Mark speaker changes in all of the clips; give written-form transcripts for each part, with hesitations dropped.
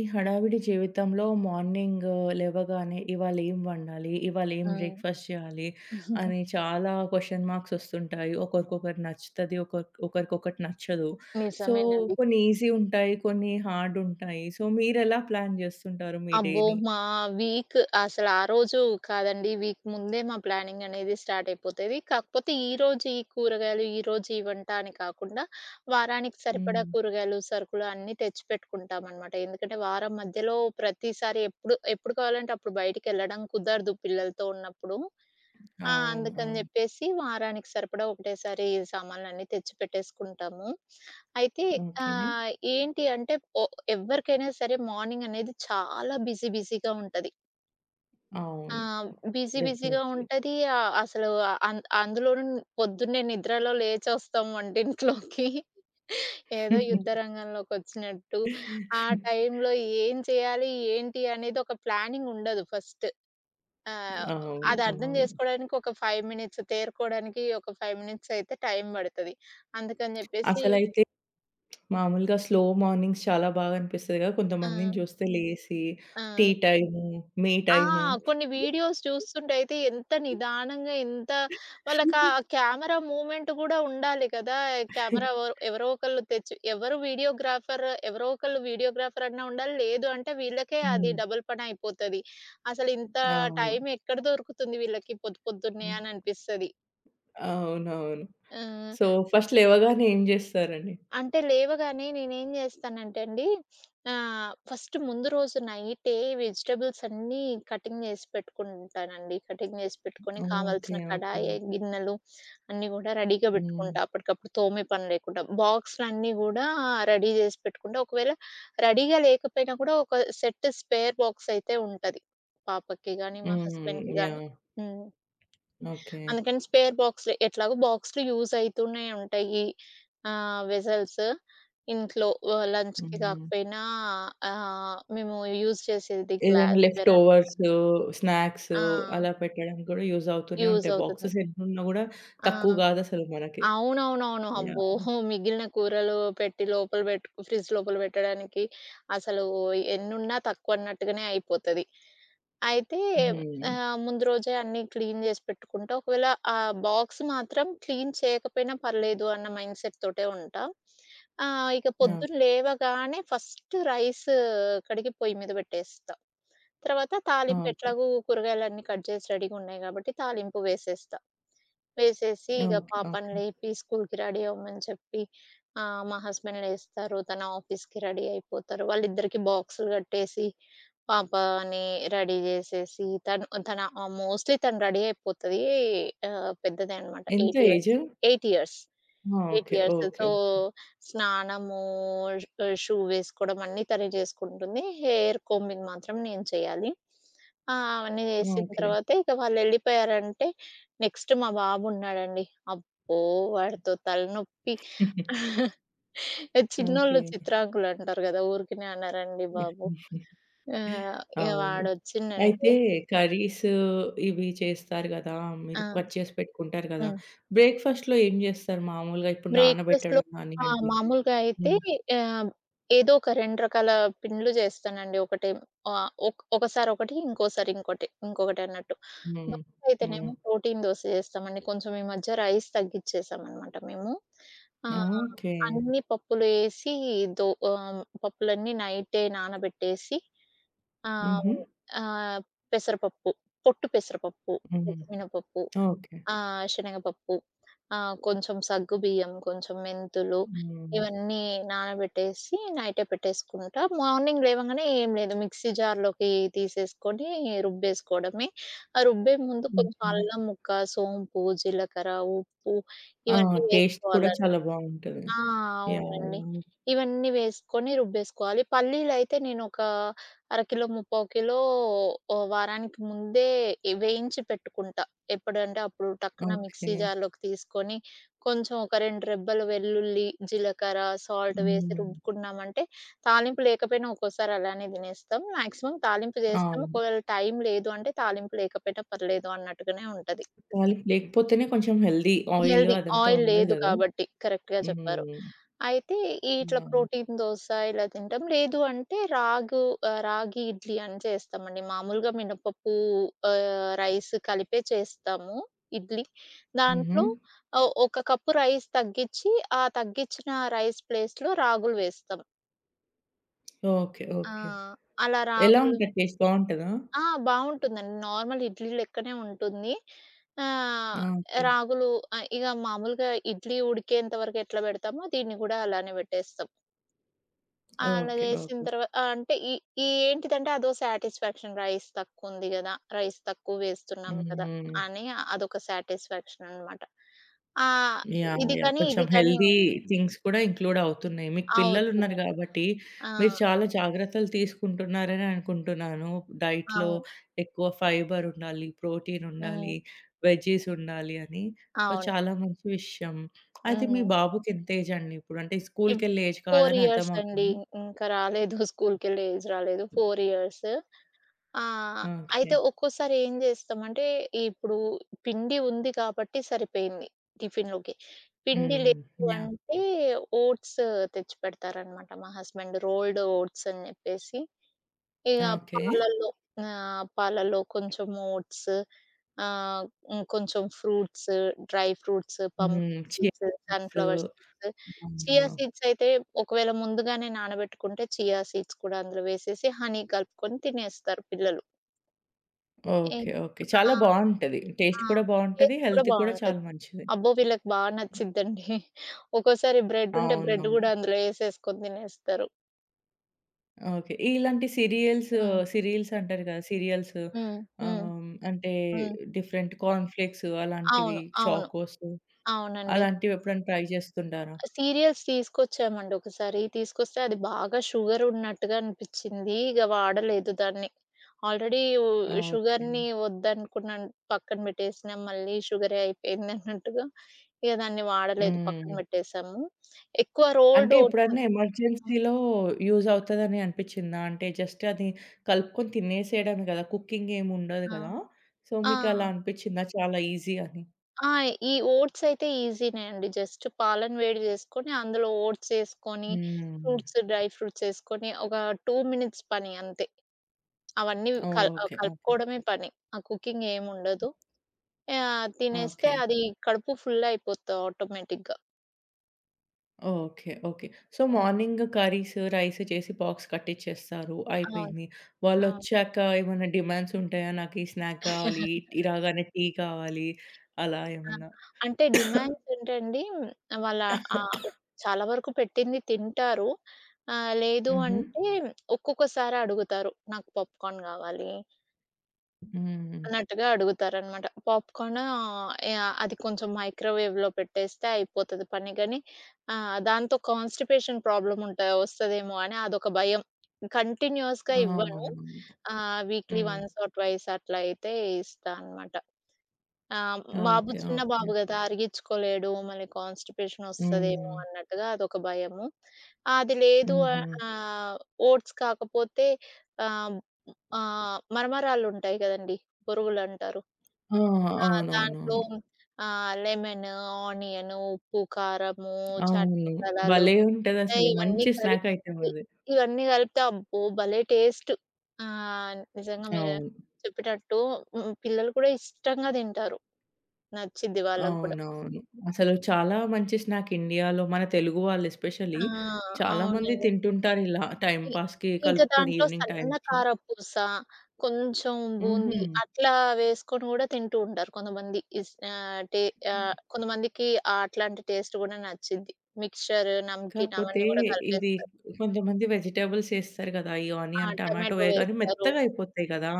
Speaker 1: ఈ హడావిడి జీవితంలో మార్నింగ్ లేవగానే ఇవాళ ఏం వండాలి? ఇవాళ ఏం
Speaker 2: హ్మ్.
Speaker 1: బ్రేక్‌ఫాస్ట్ చేయాలి? అని చాలా క్వెషన్ మార్క్స్ వస్తుంటాయి. ఒకరికొకరు నచ్చుతది. ఒకరికొకటి నచ్చదు. సో,
Speaker 2: నిజమేనండి.
Speaker 1: కొన్ని ఈజీ ఉంటాయి. కొన్ని హార్డ్ ఉంటాయి. సో, మీరెలా ప్లాన్ చేస్తుంటారు మీ
Speaker 2: అబ్బో!
Speaker 1: డేని?
Speaker 2: మా వీక్ అసలు ఆ రోజు కాదండి. వీక్ ముందే మా ప్లానింగ్ అనేది స్టార్ట్ అయిపోతది. కాకపోతే ఈరోజు ఈ కూరగాయలు, ఈరోజు ఈ వంట అని కాకుండా వారానికి సరిపడా
Speaker 1: హ్మ్.
Speaker 2: కూరగాయలు, సరుకులు అన్నీ తెచ్చిపెట్టుకుంటామనమాట. ఎందుకంటే వారం మధ్యలో ప్రతిసారి ఎప్పుడు కావాలంటే అప్పుడు బయటికెళ్ళడం కుదరదు పిల్లలతో ఉన్నప్పుడు. ఆ!
Speaker 1: అవును.
Speaker 2: అందుకని
Speaker 1: అవును.
Speaker 2: జెప్పేసి వారానికి సరిపడా ఒకటేసారి సామాన్లన్నీ తెచ్చిపెట్టేసుకుంటాము. అయితే
Speaker 1: ఓకే.
Speaker 2: ఏంటి అంటే ఒ ఎవ్వరికైనా సరే మార్నింగ్ అనేది చాలా బిజీ బిజీగా ఉంటది.
Speaker 1: అవును.
Speaker 2: ఆహ్, బిజీ బిజీగా
Speaker 1: డెఫినైట్‌లీ.
Speaker 2: ఉంటది. అసలు అందులోనూ పొద్దున్నే నిద్రలో లేచొస్తాం వంటింట్లోకి. ఏదో యుద్ధ రంగంలోకొచ్చినట్టు. ఆ టైంలో ఏం చేయాలి? ఏంటి? అనేది ఒక ప్లానింగ్ ఉండదు ఫస్ట్. ఆహ్,
Speaker 1: అవును.
Speaker 2: అది అర్థం
Speaker 1: అవును.
Speaker 2: చేసుకోవడానికి ఒక 5 మినిట్స్ తేరుకోవడానికి ఒక 5 మినిట్స్ అయితే టైం పడతది. అందుకని చెప్పేసి
Speaker 1: అసలైతే మామూలుగా స్లో మార్నింగ్స్ చాలా బాగా అనిపిస్తది కదా!
Speaker 2: ఆ!
Speaker 1: కొంతమందిని చూస్తే లేసి, టీ
Speaker 2: ఆ!
Speaker 1: టైము, మీ
Speaker 2: ఆ!
Speaker 1: టైము.
Speaker 2: కొన్ని వీడియోస్ చూస్తుంటే అయితే ఎంత నిదానంగా ఎంత వాళ్ళకి ఆ కెమెరా మూవ్‌మెంట్ కూడా ఉండాలి కదా! కెమెరా ఎవరో ఎవరో ఒకళ్ళు తెచ్చి ఎవరు వీడియోగ్రాఫర్ ఎవరో ఒకళ్ళు వీడియోగ్రాఫర్ అన్నా ఉండాలి. లేదు అంటే వీళ్ళకే అది
Speaker 1: హ్మ్.
Speaker 2: డబుల్ పని అయిపోతది. అసలు ఇంత
Speaker 1: అవును.
Speaker 2: టైం ఎక్కడ దొరుకుతుంది వీళ్ళకి పొద్దున్నే
Speaker 1: హ్మ్.
Speaker 2: అని అనిపిస్తది.
Speaker 1: అవునవును.
Speaker 2: ఆ!
Speaker 1: సో, ఫస్ట్ లేవగానే ఏం జేస్తారండి?
Speaker 2: అంటే లేవగానే నేనేం జేస్తానంటే అండి, ఫస్ట్ ముందు రోజు నైటే వెజిటబుల్స్ అన్నీ కటింగ్ జేసి పెట్టుకుంటానండి. కటింగ్ జేసి పెట్టుకొని
Speaker 1: ఓకే.
Speaker 2: కావాల్సిన
Speaker 1: ఓకే.
Speaker 2: కడాయి, గిన్నెలు అన్నీ గూడా రెడీగా
Speaker 1: హ్మ్.
Speaker 2: బెట్టుకుంటా. అప్పటికప్పుడు తోమే పని లేకుండా. బాక్సులన్నీ గూడా రెడీ జేసి పెట్టుకుంటా. ఒకవేళ రెడీగా లేకపోయినా కూడా ఒక సెట్ స్పేర్ బాక్స్ అయితే ఉంటది. పాపకి గానీ, మా
Speaker 1: హ్మ్.
Speaker 2: హస్బెండ్‌కి గానీ.
Speaker 1: యాహ్!
Speaker 2: హ్మ్.
Speaker 1: ఓకే.
Speaker 2: అందుకని స్పేర్ బాక్స్‌లే. ఎట్లాగో బాక్స్‌లు యూజ్ అయితూనే ఉంటాయి. వెసెల్స్ ఇంట్లో లంచ్‌కి
Speaker 1: హ్మ్.
Speaker 2: కాకపోయినా మేము యూజ్ చేసేది
Speaker 1: ఏదైనా లెఫ్ట్
Speaker 2: గ్లాస్‌వేర్.
Speaker 1: ఓవర్స్, స్నాక్స్
Speaker 2: ఆ!
Speaker 1: అలా పెట్టడానికి గూడా యూజ్ అవుతూనే
Speaker 2: యూజ్
Speaker 1: ఉంటాయి.
Speaker 2: అవుతుంది.
Speaker 1: బాక్సెస్ ఎన్నున్నా గూడా
Speaker 2: ఆ!
Speaker 1: తక్కువ గాదసలు మనకి.
Speaker 2: అవునవునవును. అబ్బో!
Speaker 1: యాహ్!
Speaker 2: మిగిలిన కూరలు పెట్టి లోపల బెట్టుకు ఫ్రిడ్జ్ లోపల బెట్టడానికి అసలు ఎన్నున్నా తక్కువన్నట్టుగానే అయిపోతది. అయితే
Speaker 1: హ్మ్.
Speaker 2: ముందు రోజే అన్నీ క్లీన్ జేసి పెట్టుకుంటా. ఒకవేళ ఆ బాక్స్ మాత్రం క్లీన్ చేయకపోయినా పర్లేదు అన్న మైండ్ సెట్ తోటే ఉంటా. ఇక
Speaker 1: ఆ!
Speaker 2: పొద్దున లేవగానే ఫస్ట్ రైస్ కడిగి పొయ్యి మీద బెట్టేస్తా. తర్వాత తాలింపు
Speaker 1: ఓకే.
Speaker 2: ఎట్లాగో కూరగాయలన్నీ కట్ జేసి రెడీగున్నాయి గాబట్టి తాలింపు వేసేస్తా. వేసేసి ఇగ
Speaker 1: ఓకే.
Speaker 2: పాపని
Speaker 1: ఓకే.
Speaker 2: లేపి స్కూల్‌కి రెడీ అవ్వమని చెప్పి మా హస్బెండ్ లేస్తారు. తను ఆఫీస్‌కి రెడీ అయిపోతారు. వాళ్ళిద్దరికీ బాక్సులు కట్టేసి, పాపని రెడీ చేసేసి, మోస్ట్‌లీ తను రెడీ అయిపోతది. పెద్దదే అనమాట.
Speaker 1: ఎంత
Speaker 2: 8 ఇయర్స్.
Speaker 1: ఏజు?
Speaker 2: 8 ఇయర్స్.
Speaker 1: ఆ! ఓకే.
Speaker 2: 8 ఇయర్స్.
Speaker 1: ఓకే.
Speaker 2: సో, స్నానము, షూ వేసుకోవడం అన్నీ తనే చేసుకుంటుంది. హెయిర్ కోంబింగ్ మాత్రం నేను చేయాలి. ఆ! అవన్నీ
Speaker 1: ఓకే.
Speaker 2: చేసిన
Speaker 1: ఓకే.
Speaker 2: తర్వాత ఇక వాళ్ళెళ్ళిపోయారంటే నెక్స్ట్ మా బాబున్నాడండి. అబ్బో! వాడితో తలనొప్పి.
Speaker 1: ఓకే.
Speaker 2: చిన్నోళ్ళు చిత్రాంకులంటారు గదా! ఊరికనే అనరండి బాబు. ఇగ
Speaker 1: అవును.
Speaker 2: వాడొచ్చిండంటే
Speaker 1: అయితే కర్రీస్ ఇవి చేస్తారు గదా!
Speaker 2: ఆ!
Speaker 1: మీరు కట్ చేసి పెట్టుకుంటారు గదా!
Speaker 2: హ్మ్.
Speaker 1: బ్రేక్‌ఫాస్ట్‌లో ఏం జేస్తారు మామూలుగా? ఇప్పుడు
Speaker 2: బ్రేక్‌ఫాస్ట్‌లో
Speaker 1: నానబెట్టడం
Speaker 2: ఆ!
Speaker 1: గానియండి.
Speaker 2: మామూలుగా అయితే
Speaker 1: హ్మ్.
Speaker 2: ఆహ్, ఏదో ఒక 2 రకాల పిండ్లు చేస్తానండి. ఒకటి ఆహ్, ఒక్ ఒకసారి ఒకటి, ఇంకోసారి ఇంకోటి, ఇంకొకటి అన్నట్టు.
Speaker 1: హ్మ్.
Speaker 2: దోస
Speaker 1: హ్మ్.
Speaker 2: అయితేనేమో ప్రోటీన్ దోస చేస్తామండి. కొంచెం ఈ మధ్య రైస్ తగ్గిచ్చేసామనమాట మేము. ఆహ్,
Speaker 1: ఓకే.
Speaker 2: అన్ని పప్పులు ఏసి పప్పులన్నీ నైటే నానబెట్టేసి ఆహ్,
Speaker 1: హుహు.
Speaker 2: ఆహ్, పెసరపప్పు, పొట్టు పెసరపప్పు,
Speaker 1: హ్మ్.
Speaker 2: పొట్టు మినపప్పు,
Speaker 1: ఓకే.
Speaker 2: ఆ! శనగపప్పు, కొంచెం సగ్గుబియ్యం, కొంచెం మెంతులు
Speaker 1: హ్మ్.
Speaker 2: ఇవన్నీ నానబెట్టేసి నైటే పెట్టేసుకుంటా. మార్నింగ్ లేవంగానే ఏం లేదు మిక్సీ జార్‌లోకి తీసేసుకొని రుబ్బేసుకోవడమే. ఆ రుబ్బే ముందు కొంచెం
Speaker 1: ఓకే.
Speaker 2: అల్లం ముక్క, సోంపు, జీలకర్ర, ఉప్పు
Speaker 1: ఆ!
Speaker 2: ఇవన్నీ
Speaker 1: టేస్ట్ కూడా
Speaker 2: వేసుకోవాలండి.
Speaker 1: చాలా బావుంటది.
Speaker 2: ఆ!
Speaker 1: యాహ్!
Speaker 2: అవునండి.
Speaker 1: యాహ్!
Speaker 2: ఇవన్నీ వేసుకొని రుబ్బేసుకోవాలి. పల్లీలైతే నేనొక అరకిలో, ముప్పావు కిలో వారానికి ముందే వేయించి పెట్టుకుంటా. ఎప్పుడంటే అప్పుడు టక్కున మిక్సీ
Speaker 1: ఓకే.
Speaker 2: జార్‌లోకి తీసుకొని, కొంచెం ఒక 2 రెబ్బలు వెల్లుల్లి, జీలకర్ర, సాల్ట్ వేసి
Speaker 1: హ్మ్.
Speaker 2: రుబ్బుకున్నామంటే, తాలింపు లేకపోయినా ఒక్కోసారి అలానే తినేస్తాం. మాక్సిమం తాలింపు చేస్తాం.
Speaker 1: అవును.
Speaker 2: ఒకవేళ టైం లేదు అంటే తాలింపు లేకపోయినా పర్లేదు అన్నట్టుగానే ఉంటది.
Speaker 1: తాలింపు లేకపోతేనే కొంచెం హెల్తీ. Oil
Speaker 2: healthy.
Speaker 1: అదంతా
Speaker 2: ఆయిల్
Speaker 1: ఉండదు
Speaker 2: లేదు
Speaker 1: గదా!
Speaker 2: కాబట్టి. కరెక్ట్‌గా చెప్పారు.
Speaker 1: హ్మ్.
Speaker 2: అయితే ఇట్లా
Speaker 1: ఆ!
Speaker 2: ప్రోటీన్ దోస ఇలా తింటాం. లేదు అంటే రాగి ఇడ్లీ అని చేస్తామండి. మామూలుగా మినపప్పు రైస్ కలిపే చేస్తాము ఇడ్లీ.
Speaker 1: హుహు.
Speaker 2: దాంట్లో ఒక కప్పు రైస్ తగ్గిచ్చి, ఆ తగ్గిచ్చిన రైస్ ప్లేస్‌లో రాగులు వేస్తాం.
Speaker 1: ఓకే.
Speaker 2: ఆ!
Speaker 1: ఓకే.
Speaker 2: అలా
Speaker 1: ఎలా
Speaker 2: రాగులు.
Speaker 1: ఉంటది టేస్ట్ బావుంటదా?
Speaker 2: ఆ! బావుంటుందండి. నార్మల్ ఇడ్లీ లెక్కనే ఉంటుంది. ఆహ్,
Speaker 1: ఓకే.
Speaker 2: రాగులు ఇగ మామూలుగా ఇడ్లీ ఉడికేంత వరకు ఎట్లా పెడతామో దీన్ని గూడా అలానే పెట్టేస్తాం. అలా
Speaker 1: ఓకే.
Speaker 2: చేసిన
Speaker 1: ఓకే.
Speaker 2: తర్వా ఆహ్, అంటే ఈ ఈ ఏంటిదంటే అదో సాటిస్ఫాక్షన్, రైస్ తక్కువుంది గదా! రైస్ తక్కువ వేస్తున్నాం కదా!
Speaker 1: హ్మ్.
Speaker 2: అని అదొక సాటిస్ఫాక్షన్ అనమాట. ఆ!
Speaker 1: యాహ్!
Speaker 2: ఇది
Speaker 1: యాహ్!
Speaker 2: కానీ,
Speaker 1: కొంచెం
Speaker 2: ఇది కానీ
Speaker 1: హెల్తీ థింగ్స్ కూడా ఇంక్లూడ్ అవుతున్నాయి. మీకు పిల్లలున్నారు
Speaker 2: అవుతున్నాయి.
Speaker 1: గాబట్టి,
Speaker 2: ఆ!
Speaker 1: మీరు చాలా జాగ్రత్తలు తీసుకుంటున్నారని అనుకుంటున్నాను. డైట్‌లో
Speaker 2: అవును.
Speaker 1: ఎక్కువ ఫైబర్ ఉండాలి, ప్రోటీన్
Speaker 2: హ్మ్.
Speaker 1: ఉండాలి, వెజ్జీస్ ఉండాలి అని. సో,
Speaker 2: అవును.
Speaker 1: చాలా మంచి విషయం. అయితే మీ
Speaker 2: హ్మ్.
Speaker 1: బాబుకి ఎంత ఏజ్ అండి ఇప్పుడు? అంటే
Speaker 2: ఇవ్
Speaker 1: స్కూల్‌కెళ్ళే ఏజ్
Speaker 2: 4
Speaker 1: కాదని
Speaker 2: ఇయర్స్ అండి.
Speaker 1: అర్థమవుతుంది.
Speaker 2: ఇంకా రాలేదు, స్కూల్‌కెళ్ళే ఏజ్ రాలేదు. 4 ఇయర్స్. ఆహ్,
Speaker 1: ఓకే.
Speaker 2: అయితే ఒక్కోసారి ఏం జేస్తామంటే, ఇప్పుడు పిండి ఉంది కాబట్టి సరిపోయింది టిఫిన్‌లోకి. పిండి
Speaker 1: హ్మ్.
Speaker 2: లేదు
Speaker 1: యాహ్!
Speaker 2: అంటే ఓట్స్ తెచ్చిపెడతారనమాట మా హస్బెండ్. రోల్డ్ ఓట్స్ అని జెప్పేసి ఇగ
Speaker 1: ఓకే.
Speaker 2: పాలల్లో ఆ! పాలల్లో కొంచెం ఓట్స్, ఆహ్, హ్మ్. కొంచెం ఫ్రూట్స్, డ్రై ఫ్రూట్స్,
Speaker 1: హ్మ్.
Speaker 2: Pumpkin
Speaker 1: chia
Speaker 2: seeds, sunflower
Speaker 1: seeds.
Speaker 2: Seeds, chia
Speaker 1: అవును.
Speaker 2: సీడ్స్ అయితే ఒకవేళ ముందుగానే నానబెట్టుకుంటే చియా సీడ్స్ కూడా అందులో వేసేసి హనీ కలుపుకొని తినేస్తారు పిల్లలు. ఏ
Speaker 1: ఓకే. ఓకే. చాలా
Speaker 2: ఆ!
Speaker 1: బావుంటది. టేస్ట్
Speaker 2: ఆ!
Speaker 1: కూడా బావుంటది.
Speaker 2: టేస్ట్ కూడా
Speaker 1: హెల్త్ కూడా చాలా
Speaker 2: బావుంటది.
Speaker 1: మంచిది.
Speaker 2: అబ్బో! వీళ్ళకి బా నచ్చిద్దండి. ఒక్కోసారి బ్రెడ్ ఉంటే బ్రెడ్
Speaker 1: అవునవును.
Speaker 2: గూడా అందులో ఏసేసుకొని తినేస్తారు.
Speaker 1: ఓకే. ఇలాంటి సీరియల్స్,
Speaker 2: హ్మ్.
Speaker 1: సీరియల్స్ అంటారు కదా! సీరియల్స్
Speaker 2: హ్మ్. హ్మ్.
Speaker 1: అంటే
Speaker 2: హ్మ్.
Speaker 1: డిఫరెంట్ కార్న్ ఫ్లేక్స్ అలాంటివి,
Speaker 2: అవును. అవును.
Speaker 1: చాకోస్
Speaker 2: అవునండి.
Speaker 1: అలాంటివి ఎప్పుడైనా ట్రై చేస్తుంటారా?
Speaker 2: సీరియల్స్ తీసుకొచ్చామండి ఒకసారి. తీసుకొస్తే అది బాగా షుగర్ ఉన్నట్టుగా అనిపిచ్చింది. ఇగ వాడలేదు దాన్ని. ఆల్రెడీ ఉ
Speaker 1: ఓకే.
Speaker 2: షుగర్‌ని వద్దనుకున్నాను. పక్కన పెట్టేసినాం. మళ్ళీ షుగరే అయిపోయింది అన్నట్టుగా ఇగ దాన్ని వాడలేదు. పక్కన
Speaker 1: హ్మ్.
Speaker 2: పెట్టేసాము. ఎక్కువ
Speaker 1: అంటే
Speaker 2: రోల్డ్ ఓట్స్.
Speaker 1: ఎప్పుడన్నా ఎమర్జెన్సీలో యూజ్ అవుతదని అనిపిచ్చిందా? అంటే జస్ట్ అది కలుపుకొని తినేసేయడమే కదా! కుకింగ్ ఏమి ఉండదు
Speaker 2: ఆ!
Speaker 1: కదా! సో,
Speaker 2: ఆ!
Speaker 1: మీకలా అనిపిచ్చిందా చాలా ఈజీ అని?
Speaker 2: ఆ! ఈ ఓట్స్ అయితే ఈజీనే అండి. జస్ట్ పాలను వేడి జేసుకొని, అందులో ఓట్స్ ఏసుకొని,
Speaker 1: హ్మ్.
Speaker 2: ఫ్రూట్స్ డ్రై ఫ్రూట్స్ ఏసుకొని, ఒక 2 మినిట్స్ పని అంతే. అవన్నీ
Speaker 1: ఓకే. ఓకే.
Speaker 2: కలుపుకోవడమే పని. ఆ కుకింగ్ ఏముండదు. తినేస్తే
Speaker 1: ఓకే.
Speaker 2: అది కడుపు ఫుల్ అయిపోద్ది ఆటోమేటిక్‌గా.
Speaker 1: ఓకే. ఓకే. సో,
Speaker 2: హ్మ్.
Speaker 1: మార్నింగ్ కర్రీస్, రైస్ చేసి బాక్స్ కట్టిచ్చేస్తారు.
Speaker 2: అవును.
Speaker 1: అయిపోయింది.
Speaker 2: అవును.
Speaker 1: వాళ్ళొచ్చాక ఏమన్నా డిమాండ్స్ ఉంటాయా? నాకు ఈ స్నాక్ కావాలి, టీ రాగానే టీ కావాలి అలా
Speaker 2: ఆ!
Speaker 1: ఏమన్నా?
Speaker 2: అంటే డిమాండ్స్ ఏంటండి వాళ్ళ ఆహ్, చాలా వరకు పెట్టింది తింటారు. లేదు
Speaker 1: హుహు.
Speaker 2: అంటే ఒక్కొక్కసారి అడుగుతారు. నాకు పాప్‌కార్న్ కావాలి
Speaker 1: హ్మ్.
Speaker 2: అన్నట్టుగా అడుగుతారనమాట. పాప్‌కార్న్, యాహ్, అది కొంచెం మైక్రోవేవ్‌లో పెట్టేస్తే అయిపోతది పని గాని, దాంతో కాన్‌స్టిపేషన్ ప్రాబ్లమ్ వస్తదేమో అని అదొక భయం. కంటిన్యూయస్‌గా ఇవ్వను.
Speaker 1: అవునవును.
Speaker 2: వీక్లీ
Speaker 1: హ్మ్.
Speaker 2: వన్స్ ఆర్ ట్వైస్ అట్లా అయితే ఇస్తా అనమాట. ఆహ్, బాబు
Speaker 1: ఓకే.
Speaker 2: చిన్న
Speaker 1: ఓకే.
Speaker 2: బాబు గదా! అరిగించుకోలేడు. మళ్ళీ కాన్‌స్టిపేషన్ వస్తదేమో
Speaker 1: హ్మ్.
Speaker 2: అన్నట్టుగా అదొక భయము. అది లేదు
Speaker 1: హుహు.
Speaker 2: ఆహ్, ఆహ్, ఓట్స్ కాకపోతే ఆహ్, ఆహ్, మరమరాలుంటాయి గదండీ! బొరుగులంటారు.
Speaker 1: ఆ!
Speaker 2: ఆ!
Speaker 1: అవునవునవును.
Speaker 2: దాంట్లో లెమన్, ఆనియన్, ఉప్పు, కారము, చాట్
Speaker 1: అవును.
Speaker 2: మసాలాలు,
Speaker 1: భలే ఉంటదసలు.
Speaker 2: ఇవన్నీ
Speaker 1: మంచి స్నాక్ ఐటెం
Speaker 2: కలిపి,
Speaker 1: అది.
Speaker 2: ఇవన్నీ కలిపితే అబ్బో! భలే టేస్ట్. ఆ! నిజంగా మీరు
Speaker 1: అవును.
Speaker 2: చెప్పేటట్టు, హ్మ్, పిల్లలు కూడా ఇష్టంగా తింటారు. నచ్చిద్ది వాళ్ళకి కూడా.
Speaker 1: అవునవును. అసలు చాలా మంచి స్నాక్ ఇండియాలో మన తెలుగు వాళ్ళు
Speaker 2: ఆ!
Speaker 1: ఎస్పెషల్లీ చాలామంది
Speaker 2: అవునండి.
Speaker 1: తింటుంటారు ఇలా టైమ్
Speaker 2: ఇ
Speaker 1: పాస్‌కి
Speaker 2: ఇంకా
Speaker 1: కలుపుకొని
Speaker 2: దాంట్లో
Speaker 1: ఈవినింగ్
Speaker 2: సన్న
Speaker 1: టైమ్స్.
Speaker 2: కారపూస, కొంచెం
Speaker 1: హుహు.
Speaker 2: బూంది అట్లా వేసుకొని గూడా తింటూ ఉంటారు కొంతమంది. ఇస్ ఆహ్, టే ఆహ్, కొంతమందికి అట్లాంటి టేస్ట్ గూడా నచ్చిద్ది. మిక్స్చర్, నమ్కీన్
Speaker 1: కాకపోతే
Speaker 2: అవన్నీ గూడా
Speaker 1: ఇది
Speaker 2: కలిపేస్తారు.
Speaker 1: కొంతమంది వెజిటబుల్స్ ఎస్తారు గదా! ఈ
Speaker 2: ఆ!
Speaker 1: ఆనియన్, టమాటో
Speaker 2: టమాటో
Speaker 1: వేయగానే
Speaker 2: వేస్తారు.
Speaker 1: మెత్తగా అయిపోతాయి గదా!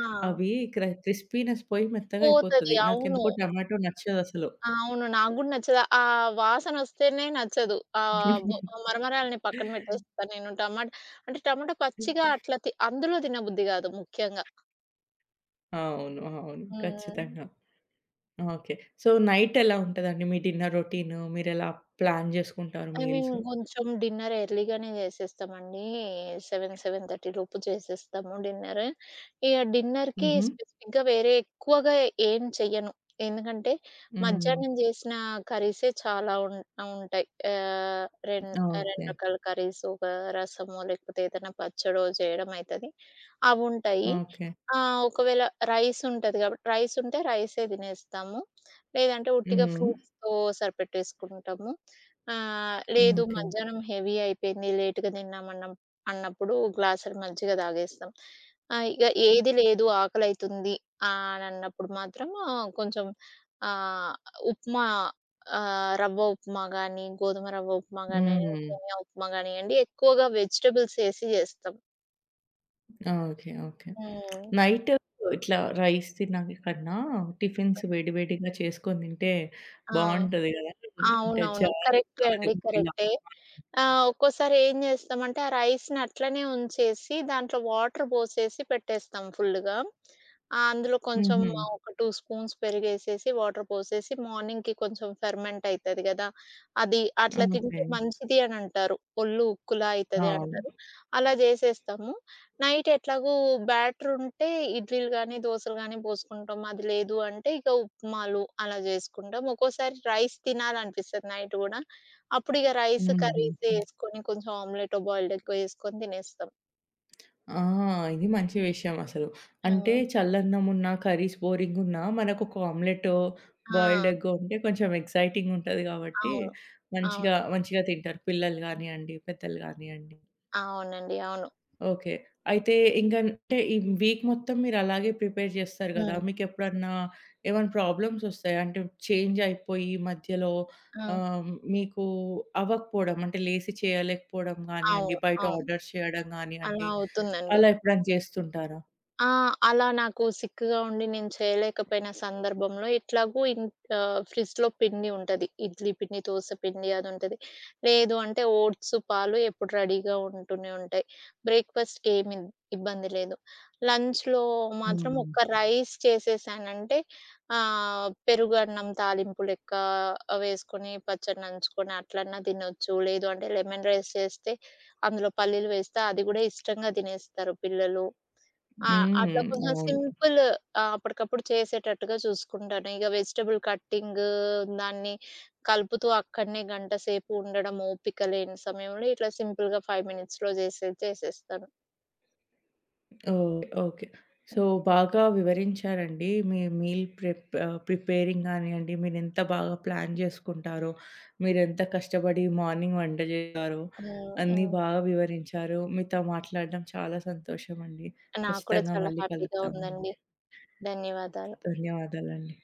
Speaker 2: ఆ!
Speaker 1: అవి క్రిస్పీనెస్ పోయి మెత్తగా
Speaker 2: పోతది.
Speaker 1: అయిపోతది.
Speaker 2: అవును.
Speaker 1: నాకెందుకో టమాటో నచ్చదసలు.
Speaker 2: అవును. నాకు గూడా నచ్చదు. ఆ వాసనొస్తేనే నచ్చదు. ఆహ్, బొ మరమరాలని పక్కన పెట్టేస్తా నేను. అంటే టమాటా పచ్చిగా అట్లా అందులో తినబుద్ధి గాదు ముఖ్యంగా.
Speaker 1: అవును. అవును.
Speaker 2: హ్మ్.
Speaker 1: ఖచ్చితంగా. ఓకే. సో, నైట్ ఎలా ఉంటదండి మీ డిన్నర్ రొటీను? మీరెలా ప్లాన్ జేసుకుంటారు
Speaker 2: ఆ! మేము
Speaker 1: మీల్స్?
Speaker 2: కొంచెం డిన్నర్ ఎర్లీగానే చేసేస్తామండి. 7, 7:30 లోపు చేసేస్తాము డిన్నర్. ఇగ డిన్నర్‌కి
Speaker 1: హుహు.
Speaker 2: స్పెసిఫిక్‌గా వేరే ఎక్కువగా ఏం చెయ్యను. ఎందుకంటే
Speaker 1: హ్మ్.
Speaker 2: మధ్యాహ్నం చేసిన కర్రీసే చాలా ఉంటాయి. ఆహ్, రెం 2
Speaker 1: ఓకే.
Speaker 2: రకాల కర్రీస్, ఒక రసమో లేకపోతే ఏదైనా పచ్చడో చేయడం అయితది. అవుంటాయి.
Speaker 1: ఓకే.
Speaker 2: ఒకవేళ రైస్ ఉంటది కాబట్టి, రైస్ ఉంటే రైసే తినేస్తాము. లేదంటే ఉట్టిగా
Speaker 1: హ్మ్.
Speaker 2: ఫ్రూట్స్‌తో సరిపెట్టేసుకుంటాము. లేదు,
Speaker 1: ఓకే.
Speaker 2: మధ్యాహ్నం హెవీ అయిపోయింది, లేట్‌గా తిన్నామన్నం అన్నప్పుడు గ్లాసుడు మజ్జిగ తాగేస్తాం. ఇగ ఏది లేదు ఆకలైతుంది అనన్నప్పుడు మాత్రం ఆ, కొంచెం ఆహ్, ఉప్మా, రవ్వ ఉప్మా గానీ, గోధుమ రవ్వ ఉప్మా గానీ,
Speaker 1: హ్మ్.
Speaker 2: సేమియా ఉప్మా గానియండి ఎక్కువగా వెజిటబుల్స్ ఏసి జేస్తాం.
Speaker 1: ఓకే. ఓకే.
Speaker 2: హ్మ్.
Speaker 1: నైట్ ఇట్లా రైస్ తిన్నాక కన్నా టిఫిన్స్ వేడి వేడిగా చేసుకొని తింటే
Speaker 2: ఆ!
Speaker 1: బావుంటది గదా! అంటే
Speaker 2: అవునవును. కరెక్టే
Speaker 1: జారుగా అది
Speaker 2: అండి.
Speaker 1: ఇలా.
Speaker 2: కరెక్టే. ఆ! ఒక్కోసారి ఏం జేస్తామంటే, ఆ రైస్‌ని అట్లనే ఉంచేసి, దాంట్లో వాటర్ బోసేసి పెట్టేస్తాం ఫుల్లుగా. అందులో కొంచెం
Speaker 1: హుహు.
Speaker 2: ఒక 2 స్పూన్స్ పెరుగేసేసి, వాటర్ పోసేసి, మార్నింగ్‌కి కొంచెం ఫెర్మెంట్ అయితది గదా! అది అట్లా
Speaker 1: ఓకే.
Speaker 2: తింటే మంచిది అనంటారు. ఒళ్ళు ఉక్కులా అయితది అంటారు.
Speaker 1: అవును.
Speaker 2: అలా జేసేస్తాము. నైట్ ఎట్లాగూ బ్యాటరుంటే ఇడ్లీలు గానీ, దోసలు గానీ బోసుకుంటాం. అది లేదు అంటే, ఇక ఉప్మాలు అలా జేసుకుంటాం. ఒక్కోసారి రైస్ తినాలనిపిస్తది నైట్ గూడా. అప్పుడు ఇగ రైస్
Speaker 1: హుహు.
Speaker 2: కర్రీసే యేసుకొని కొంచెం ఆమ్లెటో, బాయిల్డ్ ఎగ్గో యేసుకొని తినేస్తాం.
Speaker 1: ఆ! ఇది మంచి విషయం అసలు. అంటే
Speaker 2: హ్మ్.
Speaker 1: చల్లన్నమున్నా, కర్రీస్ బోరింగున్నా మనకొక ఆమ్లెటో, బాయిల్డ్
Speaker 2: ఆ!
Speaker 1: ఎగ్గో ఉంటే కొంచెం ఎక్సైటింగుంటది కాబట్టి
Speaker 2: అవును. అవును.
Speaker 1: మంచిగా, మంచిగా తింటారు పిల్లలు గానియండి, పెద్దలు గానియండి.
Speaker 2: అవునండి. అవును.
Speaker 1: ఓకే. అయితే ఇంకంటే ఈ వీక్ మొత్తం మీరలాగే ప్రిపేర్ జేస్తారు గదా!
Speaker 2: హ్మ్.
Speaker 1: మీకెప్పుడన్నా ఏమైనా ప్రాబ్లమ్సొస్తాయా? అంటే చేంజ్ అయిపోయి మధ్యలో
Speaker 2: హ్మ్.
Speaker 1: ఆహ్, మీకు అవ్వకపోవడం అంటే లేసి చేయలేకపోవడం గానియండి,
Speaker 2: అవును.
Speaker 1: బయట
Speaker 2: అవును.
Speaker 1: ఆర్డర్స్ చేయడం గానియండి,
Speaker 2: అలా అవుతుందండి.
Speaker 1: అలా ఎప్పుడైనా చేస్తుంటారా?
Speaker 2: ఆ! అలా నాకు సిక్కుగా ఉండి నేను చేయలేకపోయిన సందర్భంలో ఎట్లాగో ఫ్రిడ్జ్‌లో పిండి ఉంటది. ఇడ్లీ పిండి, దోస పిండి అది ఉంటది. లేదు అంటే ఓట్స్, పాలు ఎప్పుడు రెడీగా ఉంటూనే ఉంటాయి. బ్రేక్‌ఫాస్ట్‌కి ఏమి ఇబ్బంది లేదు. లంచ్‌లో మాత్రం
Speaker 1: హ్మ్.
Speaker 2: ఒక్క రైస్ చేసేసానంటే పెరుగన్నం తాలింపు లెక్క వేసుకొని, పచ్చడి నంచుకొని అట్లన్నా తినొచ్చు. లేదు అంటే లెమన్ రైస్ చేస్తే అందులో పల్లీలు వేస్తే అది గూడా ఇష్టంగా తినేస్తారు పిల్లలు. ఆ! అట్లా
Speaker 1: హ్మ్.
Speaker 2: కొంచెం
Speaker 1: అవును.
Speaker 2: సింపుల్, అప్పటికప్పుడు చేసేటట్టుగా చూసుకుంటాను. ఇగ వెజిటబుల్ కట్టింగ్, దాన్ని కలుపుతూ అక్కడనే గంట సేపు ఉండడం ఓపిక లేని సమయంలో ఇట్లా సింపుల్‌గా 5 మినిట్స్‌లో చేసేది చేసేస్తాను.
Speaker 1: ఓహ్! ఓకే. సో, బాగా వివరించారండి. మీ మీల్ ప్రిపేరింగ్ గానియండి, మీరెంత బాగా ప్లాన్ జేసుకుంటారో, మీరెంత కష్టపడి మార్నింగ్ వంట జేస్తారో,
Speaker 2: హ్మ్.
Speaker 1: అన్నీ
Speaker 2: హ్మ్.
Speaker 1: బాగా వివరించారు. మీతో మాట్లాడడం చాలా సంతోషమండి.
Speaker 2: నాకు కూడా
Speaker 1: ఖచ్చితంగా
Speaker 2: చాలా
Speaker 1: మళ్ళీ
Speaker 2: హ్యాపీగా
Speaker 1: కలుద్దామండి.
Speaker 2: ఉందండి. ధన్యవాదాలు.
Speaker 1: ధన్యవాదాలండి.